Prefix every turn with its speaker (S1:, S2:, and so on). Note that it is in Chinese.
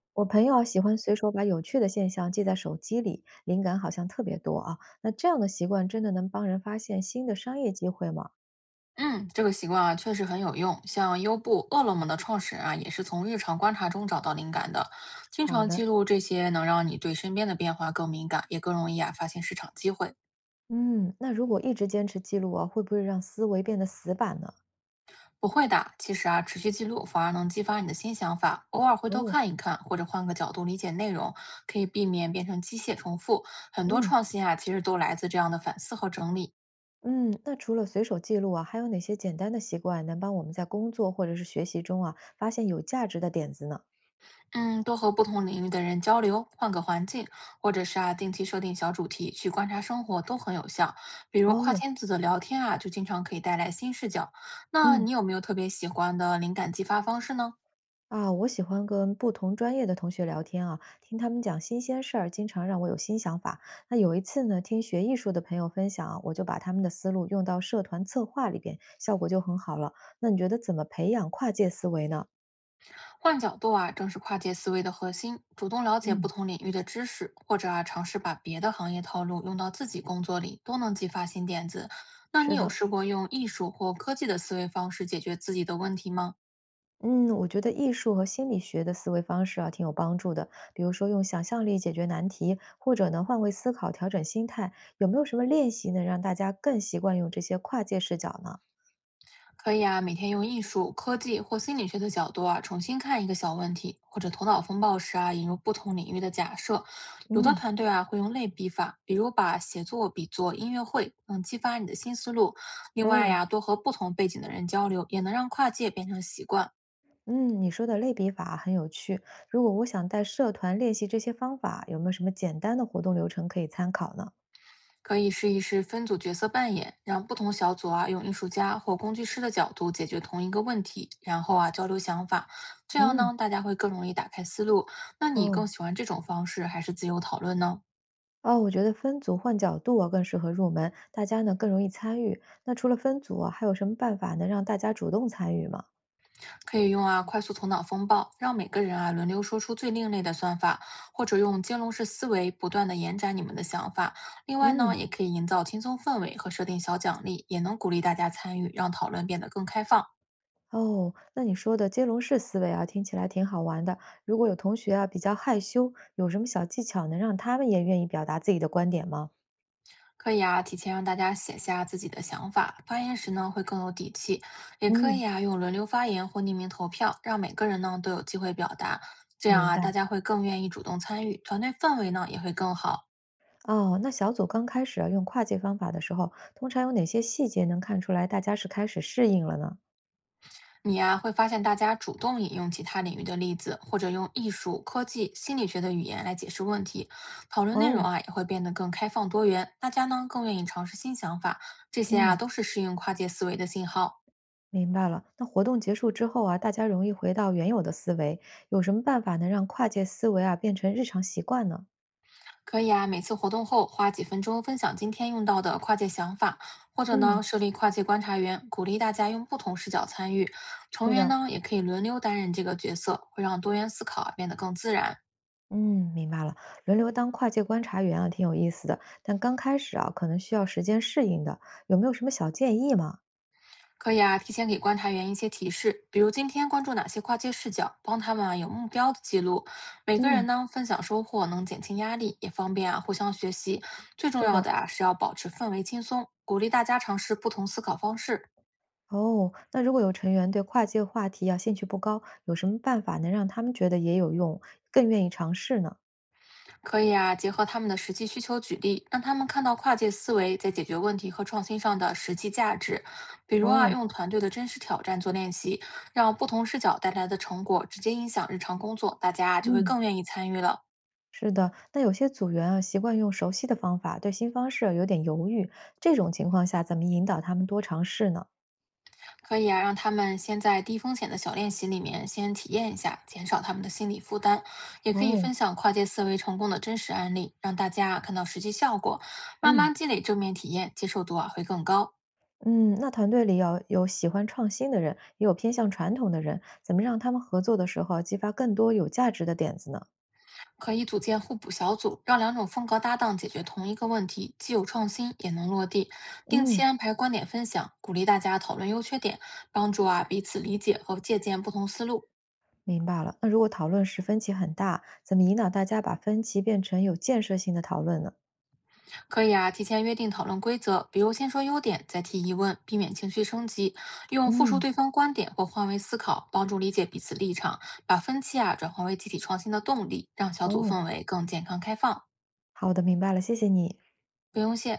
S1: 我朋友啊喜欢随手把有趣的现象记在手机里，灵感好像特别多啊。那这样的习惯真的能帮人发现新的商业机会吗？
S2: 嗯，这个习惯啊确实很有用。像优步、饿了么的创始人啊，也是从日常观察中找到灵感的。经
S1: 好
S2: 常
S1: 的，
S2: 记录这些，能让你对身边的变化更敏感，也更容易啊发现市场机会。
S1: 嗯，那如果一直坚持记录啊，会不会让思维变得死板呢？
S2: 不会的，其实啊，持续记录反而能激发你的新想法。偶尔回头
S1: 哦，
S2: 看一看，或者换个角度理解内容，可以避免变成机械重复。很多
S1: 嗯
S2: 创新啊，其实都来自这样的反思和整理。
S1: 嗯，那除了随手记录啊，还有哪些简单的习惯能帮我们在工作或者是学习中啊，发现有价值的点子呢？
S2: 嗯，多和不同领域的人交流，换个环境，或者是啊，定期设定小主题去观察生活都很有效。比如跨
S1: 哦，
S2: 圈子的聊天啊，就经常可以带来新视角。那
S1: 嗯。
S2: 你有没有特别喜欢的灵感激发方式呢？
S1: 啊，我喜欢跟不同专业的同学聊天啊，听他们讲新鲜事儿，经常让我有新想法。那有一次呢，听学艺术的朋友分享啊，我就把他们的思路用到社团策划里边，效果就很好了。那你觉得怎么培养跨界思维呢？
S2: 换角度啊，正是跨界思维的核心。主动了解不
S1: 嗯，
S2: 同领域的知识，或者啊，尝试把别的行业套路用到自己工作里，都能激发新点子。那你
S1: 是
S2: 有
S1: 的，
S2: 试过用艺术或科技的思维方式解决自己的问题吗？
S1: 嗯，我觉得艺术和心理学的思维方式啊，挺有帮助的。比如说用想象力解决难题，或者呢换位思考，调整心态。有没有什么练习能让大家更习惯用这些跨界视角呢？
S2: 可以啊，每天用艺术、科技或心理学的角度啊，重新看一个小问题，或者头脑风暴时啊，引入不同领域的假设。有的
S1: 嗯，
S2: 团队啊会用类比法，比如把写作比作音乐会，能激发你的新思路。另外
S1: 哦。
S2: 呀、多和不同背景的人交流，也能让跨界变成习惯。
S1: 嗯，你说的类比法很有趣。如果我想带社团练习这些方法，有没有什么简单的活动流程可以参考呢？
S2: 可以试一试分组角色扮演，让不同小组啊用艺术家或工具师的角度解决同一个问题，然后啊交流想法，这样
S1: 嗯，
S2: 呢大家会更容易打开思路。那你
S1: 哦
S2: 更喜欢这种方式还是自由讨论呢？
S1: 哦，我觉得分组换角度啊更适合入门，大家呢更容易参与。那除了分组啊，还有什么办法能让大家主动参与吗？
S2: 可以用啊快速头脑风暴，让每个人啊轮流说出最另类的算法，或者用金融式思维不断的延展你们的想法。另外
S1: 嗯，
S2: 呢，也可以营造轻松氛围和设定小奖励，也能鼓励大家参与，让讨论变得更开放。
S1: 哦，那你说的接龙式思维啊，听起来挺好玩的。如果有同学啊比较害羞，有什么小技巧能让他们也愿意表达自己的观点吗？
S2: 可以啊，提前让大家写下自己的想法，发言时呢会更有底气。也可
S1: 嗯，
S2: 以啊，用轮流发言或匿名投票，让每个人呢都有机会表达。这样
S1: 明
S2: 啊，
S1: 白。
S2: 大家会更愿意主动参与，团队氛围呢也会更好。
S1: 哦，那小组刚开始啊，用跨界方法的时候，通常有哪些细节能看出来大家是开始适应了呢？
S2: 你呀、会发现大家主动引用其他领域的例子，或者用艺术、科技、心理学的语言来解释问题，讨论内
S1: 哦，
S2: 容啊也会变得更开放多元。大家呢更愿意尝试新想法，这些啊
S1: 嗯，
S2: 都是适应跨界思维的信号。
S1: 明白了。那活动结束之后啊，大家容易回到原有的思维，有什么办法能让跨界思维啊变成日常习惯呢？
S2: 可以啊，每次活动后花几分钟分享今天用到的跨界想法，或者
S1: 嗯，
S2: 呢设立跨界观察员，鼓励大家用不同视角参与。成
S1: 是
S2: 员
S1: 的，
S2: 呢也可以轮流担任这个角色，会让多元思考啊变得更自然。
S1: 嗯，明白了。轮流当跨界观察员啊，挺有意思的，但刚开始啊，可能需要时间适应的。有没有什么小建议吗？
S2: 可以啊，提前给观察员一些提示，比如今天关注哪些跨界视角，帮他们啊有目标的记录。每个人
S1: 嗯，
S2: 呢分享收获，能减轻压力，也方便啊互相学习。最重
S1: 是
S2: 要
S1: 的。
S2: 的啊是要保持氛围轻松，鼓励大家尝试不同思考方式，
S1: 哦，那如果有成员对跨界话题啊兴趣不高，有什么办法能让他们觉得也有用，更愿意尝试呢？
S2: 可以啊，结合他们的实际需求举例，让他们看到跨界思维在解决问题和创新上的实际价值。比如啊，
S1: 哦，
S2: 用团队的真实挑战做练习，让不同视角带来的成果直接影响日常工作，大家啊就会
S1: 嗯，
S2: 更愿意参与了。
S1: 是的，那有些组员啊习惯用熟悉的方法，对新方式啊有点犹豫，这种情况下怎么引导他们多尝试呢？
S2: 可以啊，让他们先在低风险的小练习里面先体验一下，减少他们的心理负担。也可以
S1: 哦，
S2: 分享跨界思维成功的真实案例，让大家啊看到实际效果，慢
S1: 嗯
S2: 慢积累正面体验，接受度啊会更高。
S1: 嗯，那团队里要有喜欢创新的人，也有偏向传统的人，怎么让他们合作的时候啊激发更多有价值的点子呢？
S2: 可以组建互补小组，让两种风格搭档解决同一个问题，既有创新，也能落地。定期
S1: 嗯。
S2: 安排观点分享，鼓励大家讨论优缺点，帮助啊彼此理解和借鉴不同思路。
S1: 明白了。那如果讨论时分歧很大，怎么引导大家把分歧变成有建设性的讨论呢？
S2: 可以啊提前约定讨论规则，比如先说优点，再提疑问，避免情绪升级。用复述
S1: 嗯，
S2: 对方观点或换位思考，帮助理解彼此立场，把分歧啊转化为集体创新的动力，让小组
S1: 哦，
S2: 氛围更健康开放。
S1: 好的，明白了，谢谢你。
S2: 不用谢。